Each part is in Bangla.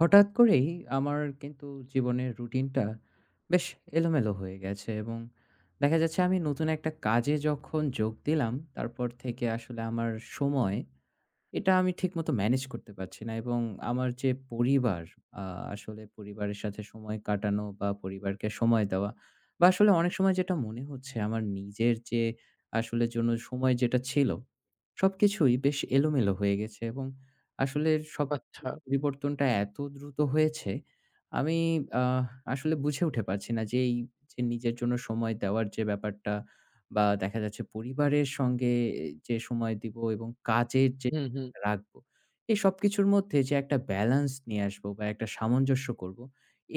হঠাৎ করেই আমার কিন্তু জীবনের রুটিনটা বেশ এলোমেলো হয়ে গেছে। এবং দেখা যাচ্ছে, আমি নতুন একটা কাজে যখন যোগ দিলাম, তারপর থেকে আসলে আমার সময়, এটা আমি ঠিকমতো ম্যানেজ করতে পারছি না। এবং আমার যে পরিবার, আসলে পরিবারের সাথে সময় কাটানো বা পরিবারকে সময় দেওয়া, বা আসলে অনেক সময় যেটা মনে হচ্ছে আমার নিজের যে আসলে জন্য সময় যেটা ছিল, সবকিছুই বেশ এলোমেলো হয়ে গেছে। এবং আসলে সব আচ্ছা। পরিবর্তনটা এত দ্রুত হয়েছে, আমি আহ আসলে বুঝে উঠে পারছি না যে এই যে নিজের জন্য সময় দেওয়ার যে ব্যাপারটা, বা দেখা যাচ্ছে পরিবারের সঙ্গে যে সময় দিব এবং কাজের যে হুম, হুম। রাখবো। এই সবকিছুর মধ্যে যে একটা ব্যালেন্স নিয়ে আসবো বা একটা সামঞ্জস্য করব,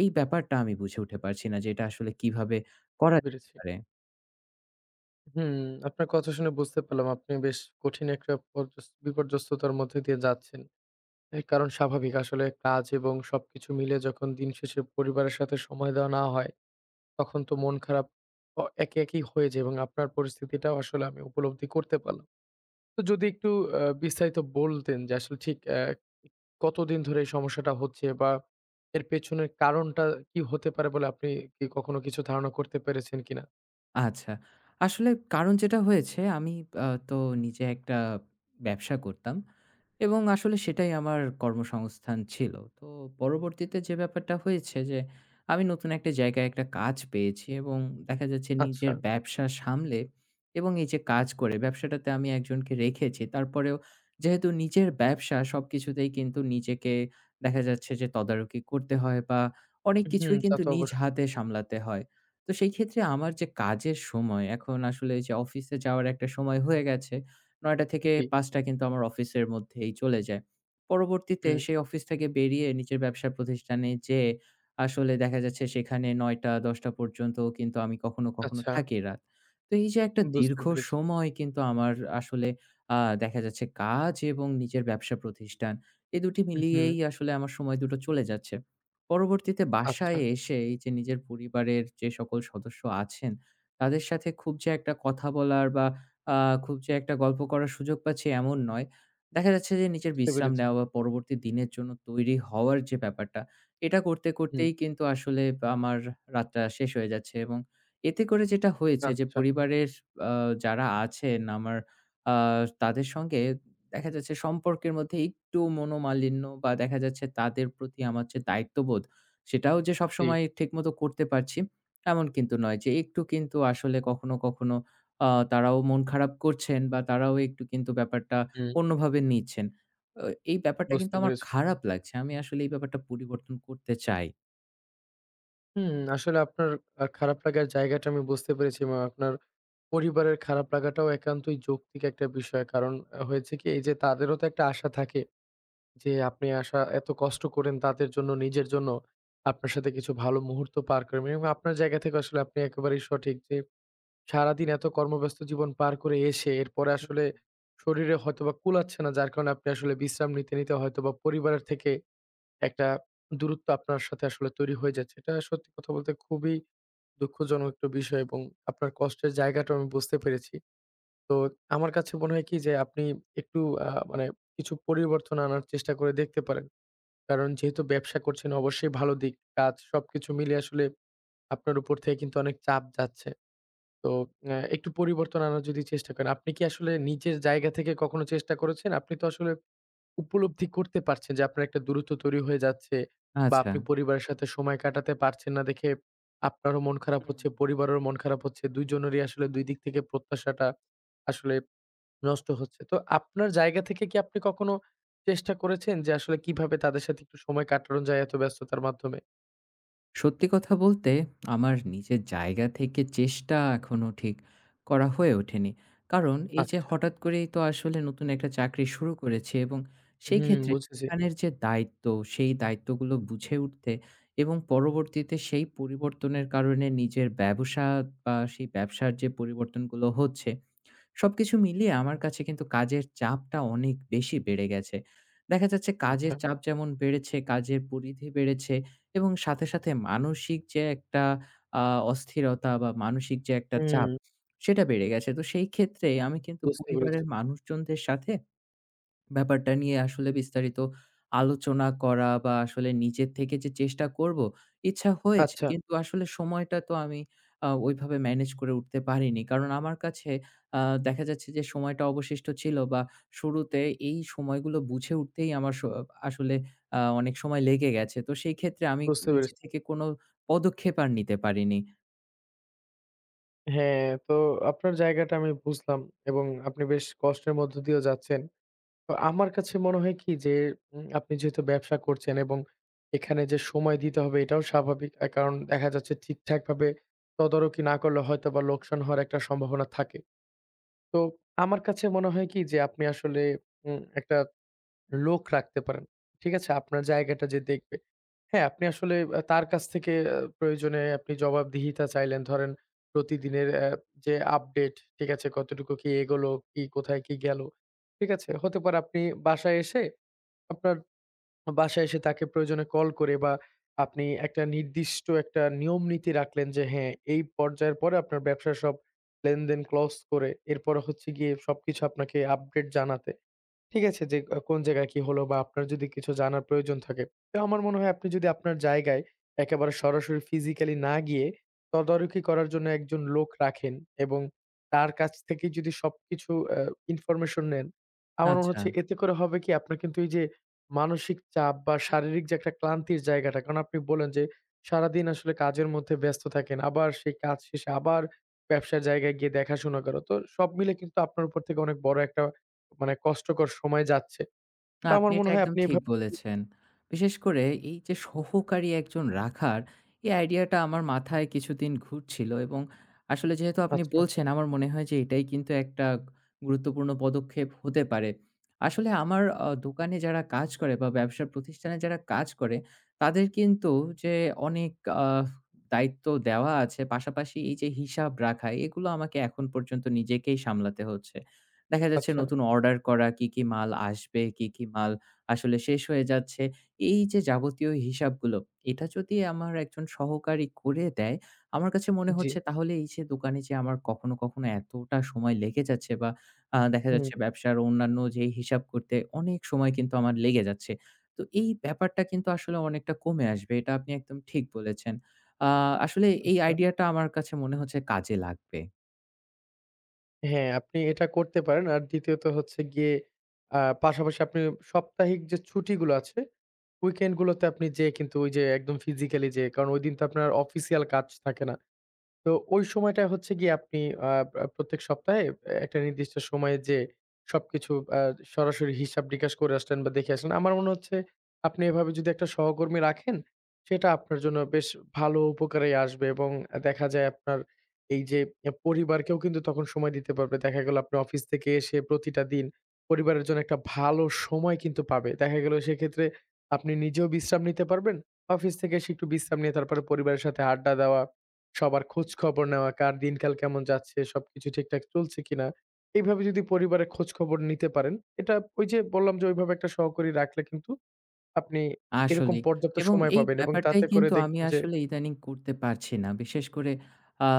এই ব্যাপারটা আমি বুঝে উঠে পারছি না যে এটা আসলে কিভাবে করা যেতে বুঝেছি। পারে। হুম, আপনার কথা শুনে বুঝতে পারলাম আপনি বেশ কঠিন একটা বিপর্যস্ততার মধ্যে দিয়ে যাচ্ছেন। এর কারণ স্বাভাবিক আসলে কাজ এবং সবকিছু মিলে যখন দিন শেষে পরিবারের সাথে সময় দেওয়া না হয়, তখন তো মন খারাপ একে, একেই হয়ে যায় এবং আপনার পরিস্থিতিটাও আসলে আমি উপলব্ধি করতে পারলাম। তো যদি একটু বিস্তারিত বলতেন যে আসলে ঠিক কতদিন ধরে এই সমস্যাটা হচ্ছে বা এর পেছনের কারণটা কি হতে পারে বলে আপনি কি কখনো কিছু ধারণা করতে পেরেছেন কিনা? আচ্ছা। আসলে কারণ যেটা হয়েছে, আমি তো নিজে একটা ব্যবসা করতাম এবং আসলে সেটাই আমার কর্মসংস্থান ছিল। তো পরবর্তীতে যে ব্যাপারটা হয়েছে, যে আমি নতুন একটা জায়গায় একটা কাজ পেয়েছি এবং দেখা যাচ্ছে নিজের আচ্ছা। ব্যবসা সামলে এবং এই যে কাজ করে ব্যবসাটাতে আমি একজনকে রেখেছি। তারপরেও যেহেতু নিজের ব্যবসা, সবকিছুতেই কিন্তু নিজেকে, দেখা যাচ্ছে যে তদারকি করতে হয় বা অনেক হুম, কিছুই তা কিন্তু তো নিজ অবশ্যই। হাতে সামলাতে হয়। তো সেই ক্ষেত্রে আমার যে কাজের সময়, এখন আসলে যে অফিসে যাওয়ার একটা সময় হয়ে গেছে। ৯ঃ০০ থেকে জি, ৫ঃ০০ কিন্তু আমার অফিসের মধ্যেই চলে যায়। পরবর্তীতে হুম, সেই অফিস থেকে বেরিয়ে নিজের ব্যবসা প্রতিষ্ঠানে যেয়ে আসলে দেখা যাচ্ছে, সেখানে ৯ঃ০০-১০ঃ০০ পর্যন্তও কিন্তু আমি কখনো, কখনো আচ্ছা, থাকি রাত। তো এই যে একটা বুঝতে দীর্ঘ পেরেছি। সময় কিন্তু আমার, আসলে, আ দেখা যাচ্ছে কাজ এবং নিজের ব্যবসা প্রতিষ্ঠান, এই দুটি হুম, মিলিয়েই আসলে আমার সময় দুটো চলে যাচ্ছে। পরবর্তীতে আচ্ছা, বাসায় এসে এই যে নিজের পরিবারের যে সকল সদস্য আছেন, তাদের সাথে খুব যে একটা কথা বলার বা আ খুব যে একটা গল্প করার সুযোগ পাচ্ছি, এমন নয়। দেখা যাচ্ছে যে নিজের বুঝতে বিশ্রাম পেরেছি। নেওয়া বা পরবর্তী দিনের জন্য তৈরি হওয়ার যে ব্যাপারটা, এটা করতে, হুম, করতেই কিন্তু আসলে আমার রাতটা শেষ হয়ে যাচ্ছে। এবং এতে করে যেটা হয়েছে, যে আচ্ছা, পরিবারের আ যারা আছেন আমার, আ তাদের সঙ্গে দেখা যাচ্ছে সম্পর্কের মধ্যে একটু মনোমালিন্য, বা দেখা যাচ্ছে তাদের প্রতি আমার যে দায়িত্ববোধ, সেটাও যে জি, সবসময় ঠিকমতো করতে পারছি, এমন কিন্তু নয়। যে একটু কিন্তু আসলে কখনো, কখনো তারাও মন খারাপ করছেন, বা তারাও একটু কিন্তু ব্যাপারটা হুম, অন্যভাবে নিচ্ছেন। অ এই ব্যাপারটা কিন্তু বুঝতে আমার পেরেছি। খারাপ লাগছে। আমি আসলে এই ব্যাপারটা পরিবর্তন করতে চাই। হুম, আসলে আপনার খারাপ লাগার জায়গাটা আমি বুঝতে পেরেছি এবং আপনার পরিবারের খারাপ লাগাটাও একান্তই যৌক্তিক একটা বিষয়। কারণ হয়েছে কি এই যে তাদেরও তো একটা আশা থাকে যে আপনি আশা এত কষ্ট করেন তাদের জন্য, নিজের জন্য। আপনার সাথে কিছু ভালো মুহূর্ত পার করবেন এবং আপনার জায়গা থেকে আসলে আপনি একেবারেই সঠিক যে সারাদিন এত কর্মব্যস্ত জীবন পার করে এসে এরপরে হুম। আসলে শরীরে হয়তোবা কুলাচ্ছে না যার কারণে আপনি আসলে বিশ্রাম নিতে, নিতে হয়তোবা পরিবারের থেকে একটা দূরত্ব আপনার সাথে আসলে তৈরি হয়ে যাচ্ছে। এটা সত্যি কথা বলতে খুবই দুঃখজনক একটা বিষয় এবং আপনার কষ্টের জায়গাটাও আমি বুঝতে পেরেছি। তো আমার কাছে মনে হয় কি যে আপনি একটু মানে কিছু পরিবর্তন আনার চেষ্টা করে দেখতে পারেন। কারণ যেহেতু ব্যবসা করছেন অবশ্যই ভালো দিক। কাজ সবকিছু মিলিয়ে আসলে আপনার উপর থেকে কিন্তু অনেক চাপ যাচ্ছে। তো একটু পরিবর্তন আনার যদি চেষ্টা করেন, আপনি কি আসলে নিজের জায়গা থেকে কখনো চেষ্টা করেছেন? আপনি তো আসলে উপলব্ধি করতে পারছেন যে আপনার একটা দূরত্ব তৈরি হয়ে যাচ্ছে বা আচ্ছা। আপনি পরিবারের সাথে সময় কাটাতে পারছেন না দেখে আপনারও মন খারাপ হুম। হচ্ছে, পরিবারেরও মন খারাপ হচ্ছে। ২ জনেরই আসলে ২ দিক থেকে প্রত্যাশাটা আসলে নষ্ট হচ্ছে। তো আপনার জায়গা থেকে কি আপনি কখনো চেষ্টা করেছেন যে আসলে কিভাবে তাদের সাথে একটু সময় কাটানো যায় এত ব্যস্ততার মাধ্যমে? সত্যি কথা বলতে আমার নিজের জায়গা থেকে চেষ্টা এখনো ঠিক করা হয়ে ওঠেনি। কারণ এই যে আচ্ছা। হঠাৎ করেই তো আসলে নতুন একটা চাকরি শুরু করেছি এবং সেই হুম, ক্ষেত্রে বুঝেছি। সেখানের যে দায়িত্ব, সেই দায়িত্বগুলো বুঝে উঠতে এবং পরবর্তীতে সেই পরিবর্তনের কারণে নিজের ব্যবসা বা সেই ব্যবসার যে পরিবর্তনগুলো হচ্ছে, সবকিছু মিলিয়ে আমার কাছে কিন্তু কাজের চাপটা অনেক বেশি বেড়ে গেছে। দেখা যাচ্ছে কাজের আচ্ছা। চাপ যেমন বেড়েছে, কাজের পরিধি বেড়েছে এবং সাথে, সাথে মানসিক যে একটা আ অস্থিরতা, বা মানসিক যে একটা চাপ, হুম, সেটা বেড়ে গেছে। তো সেই ক্ষেত্রে আমি কিন্তু বুঝতে পেরেছি। পরিবারের মানুষজনদের সাথে ব্যাপারটা নিয়ে আসলে বিস্তারিত আলোচনা করা বা আসলে নিজের থেকে যে চেষ্টা করব, ইচ্ছা হয়েছে। আচ্ছা। কিন্তু আসলে সময়টা তো আমি ওইভাবে ম্যানেজ করে উঠতে পারিনি। কারণ আমার কাছে আ দেখা যাচ্ছে যে সময়টা অবশিষ্ট ছিল বা শুরুতে এই সময়গুলো বুঝে উঠতেই আমার আসলে অনেক সময় লেগে গেছে। তো সেই ক্ষেত্রে আমি বুঝতে নিজে পেরেছি। থেকে কোনো পদক্ষেপ আর নিতে পারিনি। হ্যাঁ, তো আপনার জায়গাটা আমি বুঝলাম এবং আপনি বেশ কষ্টের মধ্য দিয়েও যাচ্ছেন। তো আমার কাছে মনে হয় কি যে, আপনি যেহেতু ব্যবসা করছেন এবং এখানে যে সময় দিতে হবে এটাও স্বাভাবিক। কারণ দেখা যাচ্ছে ঠিকঠাকভাবে তদারকি না করলে হয়তোবা লোকসান হওয়ার একটা সম্ভাবনা থাকে। তো আমার কাছে মনে হয় কি যে, আপনি আসলে একটা লোক রাখতে পারেন। ঠিক আছে? আপনার জায়গাটা যে দেখবে। হ্যাঁ, আপনি আসলে তার কাছ থেকে প্রয়োজনে আপনি জবাবদিহিতা চাইলেন। ধরেন প্রতিদিনের যে আপডেট, ঠিক আছে? কতটুকু কি এগোলো, কি কোথায় কি গেল, ঠিক আছে? হতে পারে আপনি বাসায় এসে আপনার বাসায় এসে তাকে প্রয়োজনে কল করে বা আপনি একটা নির্দিষ্ট একটা নিয়ম নীতি রাখলেন যে হ্যাঁ, এই পর্যায়ের পরে আপনার ব্যবসার সব লেনদেন ক্লোজ করে এরপরে হচ্ছে গিয়ে সবকিছু আপনাকে আপডেট জানাতে। ঠিক আছে যে কোন জায়গায় কি হলো বা আপনার যদি কিছু জানার প্রয়োজন থাকে, তো আমার মনে হয় আপনি যদি আপনার জায়গায় একেবারে সরাসরি physically না গিয়ে তদারকি করার জন্য একজন লোক রাখেন এবং তার কাছ থেকেই যদি সবকিছু আ ইনফরমেশন নেন, আমার মনে আচ্ছা। হচ্ছে এতে করে হবে কি আপনার কিন্তু এই যে মানসিক চাপ বা শারীরিক যে একটা ক্লান্তির জায়গাটা, কারণ আপনি বললেন যে সারাদিন আসলে কাজের মধ্যে ব্যস্ত থাকেন। আবার সেই কাজ শেষে আবার ব্যবসার জায়গায় গিয়ে দেখাশোনা করা। তো সব মিলে কিন্তু আপনার উপর থেকে অনেক বড় একটা মানে কষ্টকর সময় যাচ্ছে। না, তো আপনি আমার এটা মনে হয় একদম আপনি ঠিক এভাবে বলেছেন। বিশেষ করে এই যে সহকারী একজন রাখার, এই আইডিয়াটা আমার মাথায় কিছুদিন ঘুরছিল এবং আসলে যেহেতু আপনি আচ্ছা, বলছেন, আমার মনে হয় যে এটাই কিন্তু একটা গুরুত্বপূর্ণ পদক্ষেপ হতে পারে। আসলে আমার দোকানে যারা কাজ করে বা ব্যবসা প্রতিষ্ঠানে যারা কাজ করে, তাদের কিন্তু যে অনেক আ দায়িত্ব দেওয়া আছে। পাশাপাশি এই যে হিসাব রাখা, এগুলো আমাকে এখন পর্যন্ত নিজেকেই সামলাতে হচ্ছে। দেখা যাচ্ছে আচ্ছা। নতুন অর্ডার করা, কি, কি মাল আসবে, কি, কি মাল আসলে শেষ হয়ে যাচ্ছে, এই যে যাবতীয় হিসাবগুলো, এটা যদি আমার একজন সহকারী করে দেয়, আমার কাছে মনে জি। হচ্ছে তাহলে এই যে দোকানে যে আমার কখনো, কখনো এতটা সময় লেগে যাচ্ছে, বা দেখা হুম, যাচ্ছে ব্যবসার অন্যান্য যেই হিসাব করতে অনেক সময় কিন্তু আমার লেগে যাচ্ছে, তো এই ব্যাপারটা কিন্তু আসলে অনেকটা কমে আসবে। এটা আপনি একদম ঠিক বলেছেন। আ আসলে এই আচ্ছা। আইডিয়াটা আমার কাছে মনে হচ্ছে কাজে লাগবে। হ্যাঁ, আপনি এটা করতে পারেন। আর দ্বিতীয়ত হচ্ছে গিয়ে পাশাপাশি আপনি সাপ্তাহিক যে ছুটিগুলো আছে, weekend গুলোতে আপনি যেয়ে কিন্তু ওই যে একদম physically যেয়ে, কারণ ঐদিন তো আপনার অফিসিয়াল কাজ থাকে না। তো ওই সময়টায় হচ্ছে গিয়ে আপনি আ আ প্রত্যেক সপ্তাহে একটা নির্দিষ্ট সময়ে যেয়ে সবকিছু আ সরাসরি হিসাব-নিকাশ করে আসলেন বা দেখে আসলেন। আমার মনে হচ্ছে আপনি এভাবে যদি একটা সহকর্মী রাখেন, সেটা আপনার জন্য বেশ ভালো উপকারেই আসবে এবং দেখা যায় আপনার এই যে পরিবারকেও কিন্তু তখন সময় দিতে পারবে। দেখা গেল আপনি অফিস থেকে এসে প্রতিটা দিন পরিবারের জন্য একটা ভালো সময় কিন্তু পাবে। দেখা গেল সেক্ষেত্রে আপনি নিজেও বিশ্রাম নিতে পারবেন। অফিস থেকে এসে একটু বিশ্রাম নিয়ে তারপরে পরিবারের সাথে আড্ডা দেওয়া সবার খোঁজ খবর নেওয়া, কার দিনকাল কেমন যাচ্ছে, সবকিছু ঠিকঠাক চলছে কিনা। এইভাবে যদি পরিবারের খোঁজ খবর নিতে পারেন, এটা ওই যে বললাম যে ওইভাবে একটা সহকারী রাখলে কিন্তু আপনি এরকম আসলেই। পর্যাপ্ত এবং সময় এই পাবেন এবং ব্যাপারটাই তাতে করে কিন্তু আমি দেখবেন যে আসলে ইদানিং করতে পারছি না। বিশেষ করে আ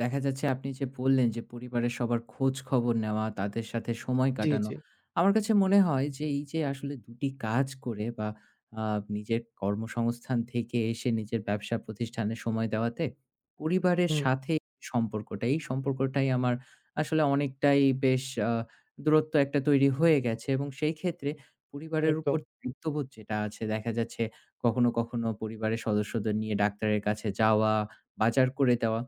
দেখা যাচ্ছে আপনি যে বললেন যে পরিবারের সবার খোঁজ খবর নেওয়া, তাদের সাথে সময় জি, কাটানো। জি। আমার কাছে মনে হয় যে এই যে আসলে ২টি টি কাজ করে বা আ নিজের কর্মসংস্থান থেকে এসে নিজের ব্যবসা প্রতিষ্ঠানে সময় দেওয়াতে পরিবারের হুম, সাথে সম্পর্কটা, এই সম্পর্কটাই আমার আসলে অনেকটাই বেশ আ দূরত্ব একটা তৈরি হয়ে গেছে। এবং সেই ক্ষেত্রে পরিবারের উপর একদম। দায়িত্ববোধ যেটা আছে, দেখা যাচ্ছে কখনো, কখনো পরিবারের সদস্যদের নিয়ে ডাক্তারের কাছে যাওয়া, বাজার করে দেওয়া,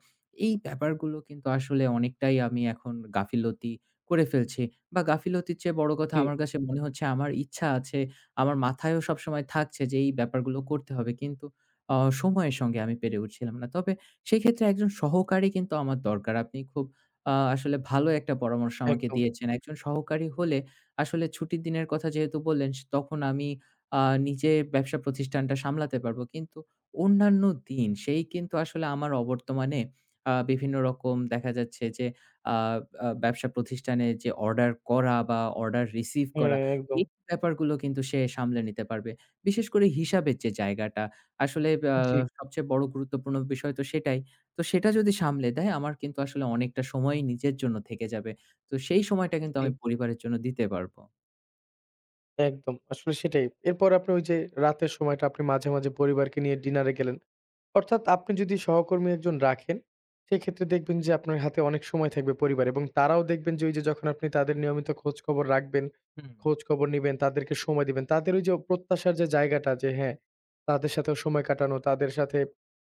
এই ব্যাপারগুলো কিন্তু আসলে অনেকটাই আমি এখন গাফিলতি করে ফেলছি। বা গাফিলতির চেয়ে বড় কথা, জি, আমার কাছে মনে হচ্ছে আমার ইচ্ছা আছে, আমার মাথায়ও সবসময় থাকছে যে এই ব্যাপারগুলো করতে হবে। কিন্তু আ সময়ের সঙ্গে আমি পেরে উঠছিলাম না। তবে সেক্ষেত্রে একজন সহকারী কিন্তু আমার দরকার। আপনি খুব আসলে ভালো একটা পরামর্শ আমাকে একদম। দিয়েছেন। একজন সহকারী হলে আসলে ছুটির দিনের কথা যেহেতু বললেন, তখন আমি আ নিজের ব্যবসা প্রতিষ্ঠানটা সামলাতে পারবো। কিন্তু অন্যান্য দিন সেই কিন্তু আসলে আমার অবর্তমানে বিভিন্ন রকম দেখা যাচ্ছে যে আ আ ব্যবসা প্রতিষ্ঠানে যে অর্ডার করা বা অর্ডার রিসিভ করা, হ্যাঁ, একদম। এই ব্যাপারগুলো কিন্তু সে সামলে নিতে পারবে। বিশেষ করে হিসাবের যে জায়গাটা, আসলে আ জি, সবচেয়ে বড় গুরুত্বপূর্ণ বিষয় তো সেটাই। তো সেটা যদি সামলে দেয়, আমার কিন্তু আসলে অনেকটা সময়ই নিজের জন্য থেকে যাবে। তো সেই সময়টা কিন্তু জি। আমি পরিবারের জন্য দিতে পারব। একদম। আসলে সেটাই। এরপর আপনি ওই যে রাতের সময়টা আপনি মাঝে, মাঝে পরিবারকে নিয়ে ডিনারে গেলেন। অর্থাৎ আপনি যদি সহকর্মী একজন রাখেন, সেক্ষেত্রে দেখবেন যে আপনার হাতে অনেক সময় থাকবে পরিবার এবং তারাও দেখবেন যে ওই যে যখন আপনি তাদের নিয়মিত খোঁজখবর রাখবেন, হুম। খোঁজখবর নিবেন, তাদেরকে সময় দিবেন। তাদের ওই যে প্রত্যাশার যে জায়গাটা যে হ্যাঁ, তাদের সাথেও সময় কাটানো, তাদের সাথে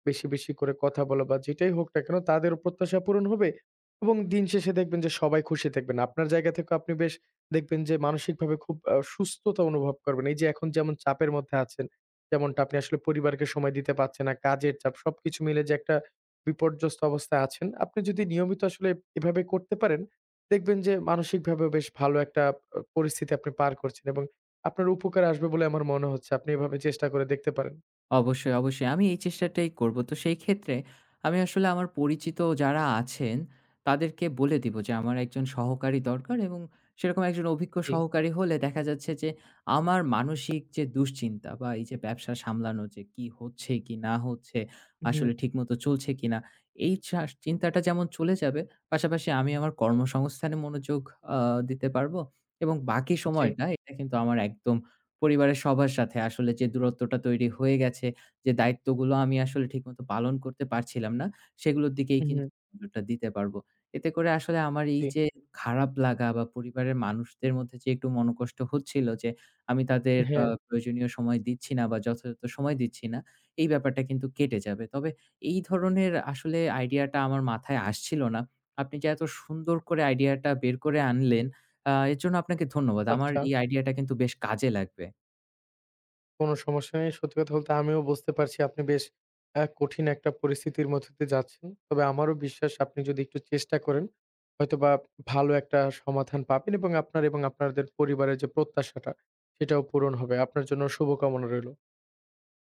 বেশি, বেশি করে কথা বলা বা যেটাই হোক না কেন তাদেরও প্রত্যাশা পূরণ হবে এবং দিন শেষে দেখবেন যে সবাই খুশি থাকবেন। আপনার জায়গা থেকেও আপনি বেশ দেখবেন যে মানসিকভাবে খুব সুস্থতা অনুভব করবেন। এই যে এখন যেমন চাপের মধ্যে আছেন, যেমনটা আপনি আসলে পরিবারকে সময় দিতে পারছেন না, কাজের চাপ সবকিছু মিলে যে একটা বিপর্যস্ত অবস্থায় আছেন। আপনি যদি নিয়মিত আসলে এভাবে করতে পারেন, দেখবেন যে মানসিকভাবেও বেশ ভালো একটা পরিস্থিতি আপনি পার করছেন এবং আপনার উপকারে আসবে বলে আমার মনে হচ্ছে। আপনি এভাবে চেষ্টা করে দেখতে পারেন। অবশ্যই, অবশ্যই। আমি এই চেষ্টাটাই করব। তো সেই ক্ষেত্রে আমি আসলে আমার পরিচিত যারা আছেন, তাদেরকে বলে দিব যে আমার একজন সহকারী দরকার। এবং সেরকম একজন অভিজ্ঞ জি। সহকারী হলে, দেখা যাচ্ছে যে আমার মানসিক যে দুশ্চিন্তা বা এই যে ব্যবসা সামলানো, যে কি হচ্ছে, কি না হচ্ছে, হুম, আসলে ঠিকমতো চলছে কিনা, এই চিন্তাটা যেমন চলে যাবে, পাশাপাশি আমি আমার কর্মসংস্থানে মনোযোগ আ দিতে পারব। এবং বাকি জি। সময়টা এটা কিন্তু আমার একদম পরিবারের সবার সাথে আসলে যে দূরত্বটা তৈরি হয়ে গেছে, যে দায়িত্বগুলো আমি আসলে ঠিকমতো পালন করতে পারছিলাম না, সেগুলোর দিকেই হুম, জি। কিন্তু নজরটা দিতে পারবো। এতে করে আসলে আমার এই জি। যে খারাপ লাগা, বা পরিবারের মানুষদের মধ্যে যে একটু মনোকষ্ট হচ্ছিল যে আমি তাদের হ্যাঁ, প্রয়োজনীয় সময় দিচ্ছি না বা যথাযথ সময় দিচ্ছি না, এই ব্যাপারটা কিন্তু কেটে যাবে। তবে এই ধরনের আসলে আইডিয়াটা আমার মাথায় আসছিল না। আপনি যে এত সুন্দর করে আইডিয়াটা বের করে আনলেন, এর জন্য আপনাকে ধন্যবাদ। আমার আচ্ছা। এই আইডিয়াটা কিন্তু বেশ কাজে লাগবে। কোনো সমস্যা নেই। সত্যি কথা বলতে আমিও বুঝতে পারছি আপনি বেশ কঠিন একটা পরিস্থিতির মধ্য দিয়ে যাচ্ছেন। তবে আমারও বিশ্বাস আপনি যদি একটু চেষ্টা করেন, হয়তোবা ভালো একটা সমাধান পাবেন এবং আপনার এবং আপনাদের পরিবারের যে প্রত্যাশাটা, সেটাও পূরণ হবে। আপনার জন্য শুভকামনা রইল।